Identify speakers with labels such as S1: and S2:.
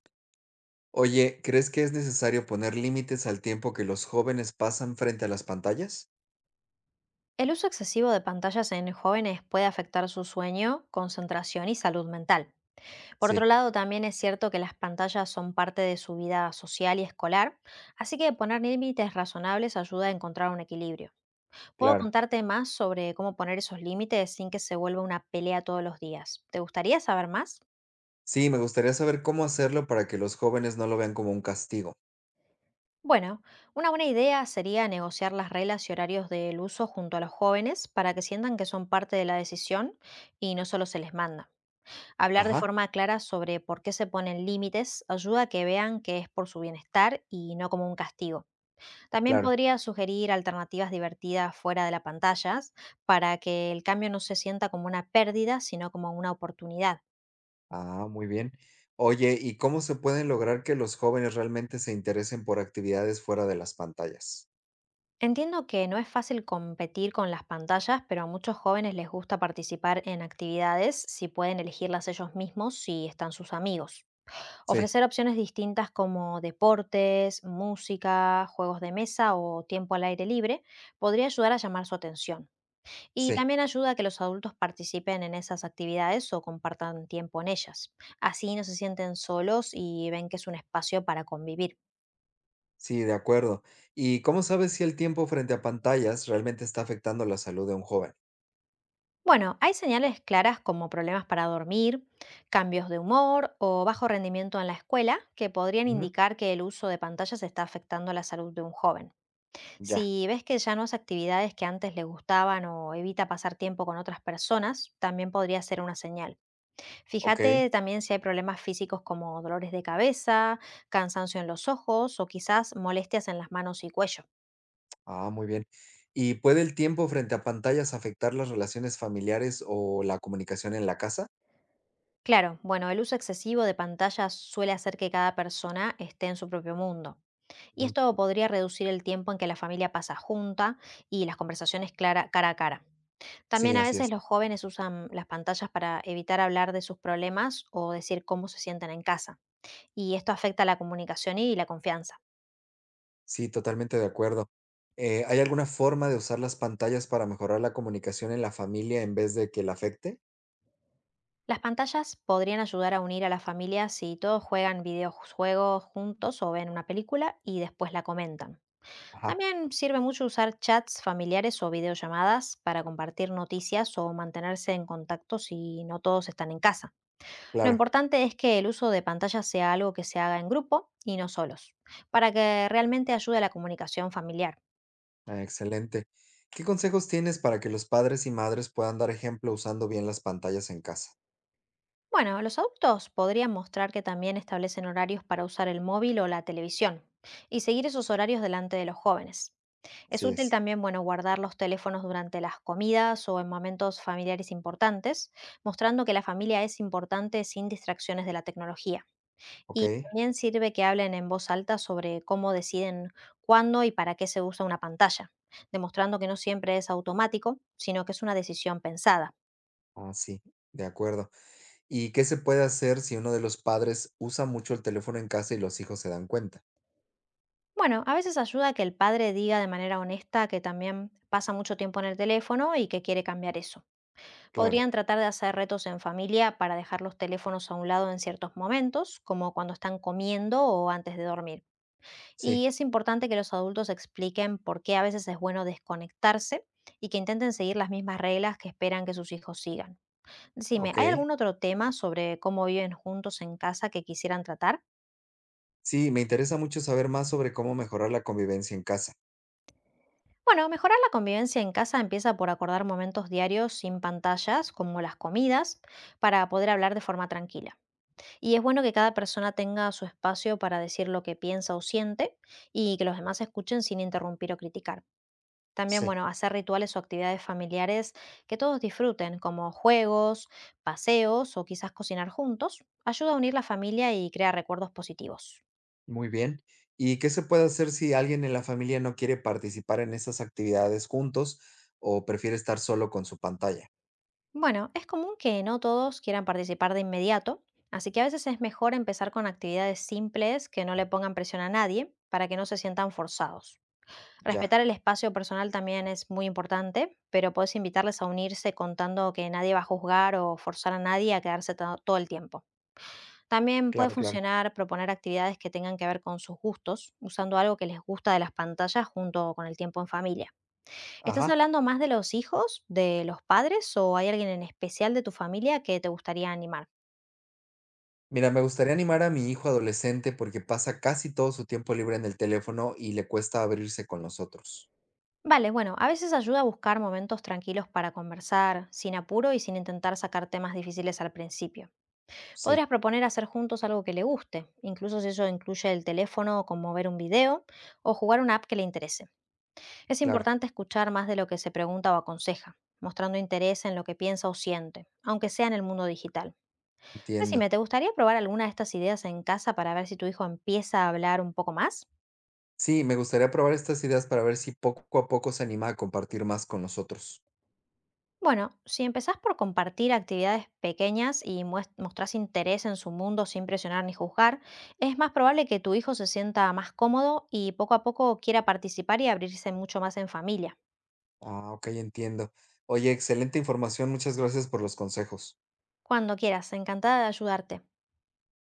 S1: Oye, ¿crees que es necesario poner límites al tiempo que los jóvenes pasan frente a las pantallas?
S2: El uso excesivo de pantallas en jóvenes puede afectar su sueño, concentración y salud mental. Por otro
S1: Sí,
S2: lado, también es cierto que las pantallas son parte de su vida social y escolar, así que poner límites razonables ayuda a encontrar un equilibrio. Puedo
S1: claro.
S2: contarte más sobre cómo poner esos límites sin que se vuelva una pelea todos los días. ¿Te gustaría saber más?
S1: Sí, me gustaría saber cómo hacerlo para que los jóvenes no lo vean como un castigo.
S2: Bueno, una buena idea sería negociar las reglas y horarios del uso junto a los jóvenes para que sientan que son parte de la decisión y no solo se les manda. Hablar de
S1: Ajá.
S2: forma clara sobre por qué se ponen límites ayuda a que vean que es por su bienestar y no como un castigo. También
S1: Claro.
S2: podría sugerir alternativas divertidas fuera de las pantallas para que el cambio no se sienta como una pérdida, sino como una oportunidad.
S1: Ah, muy bien. Oye, ¿y cómo se pueden lograr que los jóvenes realmente se interesen por actividades fuera de las pantallas?
S2: Entiendo que no es fácil competir con las pantallas, pero a muchos jóvenes les gusta participar en actividades si pueden elegirlas ellos mismos si están sus amigos.
S1: Sí,
S2: Ofrecer opciones distintas como deportes, música, juegos de mesa o tiempo al aire libre podría ayudar a llamar su atención. Y
S1: sí,
S2: también ayuda a que los adultos participen en esas actividades o compartan tiempo en ellas. Así no se sienten solos y ven que es un espacio para convivir.
S1: sí, de acuerdo. ¿Y cómo sabes si el tiempo frente a pantallas realmente está afectando la salud de un joven?
S2: Bueno, hay señales claras como problemas para dormir, cambios de humor o bajo rendimiento en la escuela que podrían
S1: Ujú.
S2: indicar que el uso de pantallas está afectando la salud de un joven.
S1: Ya,
S2: Si ves que ya no hace actividades que antes le gustaban o evita pasar tiempo con otras personas, también podría ser una señal.
S1: ok.
S2: Fíjate también si hay problemas físicos como dolores de cabeza, cansancio en los ojos o quizás molestias en las manos y cuello.
S1: Ah, muy bien. ¿Y puede el tiempo frente a pantallas afectar las relaciones familiares o la comunicación en la casa?
S2: Claro, bueno, el uso excesivo de pantallas suele hacer que cada persona esté en su propio mundo. Y
S1: Ujú.
S2: esto podría reducir el tiempo en que la familia pasa junta y las conversaciones cara a cara.
S1: Sí,
S2: También a
S1: así es.
S2: veces los jóvenes usan las pantallas para evitar hablar de sus problemas o decir cómo se sienten en casa, y esto afecta la comunicación y la confianza.
S1: Sí, totalmente de acuerdo. ¿Hay alguna forma de usar las pantallas para mejorar la comunicación en la familia en vez de que la afecte?
S2: Las pantallas podrían ayudar a unir a las familias si todos juegan videojuegos juntos o ven una película y después la comentan.
S1: Ajá.
S2: También sirve mucho usar chats familiares o videollamadas para compartir noticias o mantenerse en contacto si no todos están en casa. Lo
S1: Claro,
S2: importante es que el uso de pantallas sea algo que se haga en grupo y no solos, para que realmente ayude a la comunicación familiar.
S1: ah, excelente. ¿Qué consejos tienes para que los padres y madres puedan dar ejemplo usando bien las pantallas en casa?
S2: Bueno, los adultos podrían mostrar que también establecen horarios para usar el móvil o la televisión y seguir esos horarios delante de los jóvenes. Es
S1: Así
S2: útil
S1: es.
S2: también, bueno, guardar los teléfonos durante las comidas o en momentos familiares importantes, mostrando que la familia es importante sin distracciones de la tecnología.
S1: Ok,
S2: Y también sirve que hablen en voz alta sobre cómo deciden cuándo y para qué se usa una pantalla, demostrando que no siempre es automático, sino que es una decisión pensada.
S1: ah, sí, de acuerdo. ¿Y qué se puede hacer si uno de los padres usa mucho el teléfono en casa y los hijos se dan cuenta?
S2: Bueno, a veces ayuda que el padre diga de manera honesta que también pasa mucho tiempo en el teléfono y que quiere cambiar eso.
S1: Claro.
S2: Podrían tratar de hacer retos en familia para dejar los teléfonos a un lado en ciertos momentos, como cuando están comiendo o antes de dormir.
S1: Sí,
S2: Y es importante que los adultos expliquen por qué a veces es bueno desconectarse y que intenten seguir las mismas reglas que esperan que sus hijos sigan. Decime, ¿hay
S1: ok.
S2: algún otro tema sobre cómo viven juntos en casa que quisieran tratar?
S1: Sí, me interesa mucho saber más sobre cómo mejorar la convivencia en casa.
S2: Bueno, mejorar la convivencia en casa empieza por acordar momentos diarios sin pantallas, como las comidas, para poder hablar de forma tranquila. Y es bueno que cada persona tenga su espacio para decir lo que piensa o siente y que los demás escuchen sin interrumpir o criticar. También,
S1: Sí.
S2: bueno, hacer rituales o actividades familiares que todos disfruten, como juegos, paseos o quizás cocinar juntos, ayuda a unir la familia y crear recuerdos positivos.
S1: Muy bien. ¿Y qué se puede hacer si alguien en la familia no quiere participar en esas actividades juntos o prefiere estar solo con su pantalla?
S2: Bueno, es común que no todos quieran participar de inmediato, así que a veces es mejor empezar con actividades simples que no le pongan presión a nadie para que no se sientan forzados.
S1: Ya.
S2: Respetar el espacio personal también es muy importante, pero puedes invitarles a unirse contando que nadie va a juzgar o forzar a nadie a quedarse todo el tiempo. También puede
S1: Claro, claro.
S2: funcionar proponer actividades que tengan que ver con sus gustos, usando algo que les gusta de las pantallas junto con el tiempo en familia. ¿Estás
S1: Ajá.
S2: hablando más de los hijos, de los padres o hay alguien en especial de tu familia que te gustaría animar?
S1: Mira, me gustaría animar a mi hijo adolescente porque pasa casi todo su tiempo libre en el teléfono y le cuesta abrirse con los otros.
S2: Vale, bueno, a veces ayuda a buscar momentos tranquilos para conversar, sin apuro y sin intentar sacar temas difíciles al principio.
S1: Sí,
S2: Podrías proponer hacer juntos algo que le guste, incluso si eso incluye el teléfono, como ver un video o jugar una app que le interese. Es
S1: claro.
S2: importante escuchar más de lo que se pregunta o aconseja, mostrando interés en lo que piensa o siente, aunque sea en el mundo digital.
S1: Entiendo.
S2: Decime, ¿te gustaría probar alguna de estas ideas en casa para ver si tu hijo empieza a hablar un poco más?
S1: Sí, me gustaría probar estas ideas para ver si poco a poco se anima a compartir más con nosotros.
S2: Bueno, si empezás por compartir actividades pequeñas y mostrás interés en su mundo sin presionar ni juzgar, es más probable que tu hijo se sienta más cómodo y poco a poco quiera participar y abrirse mucho más en familia.
S1: Ah, ok, entiendo. Oye, excelente información. Muchas gracias por los consejos.
S2: Cuando quieras, encantada de ayudarte.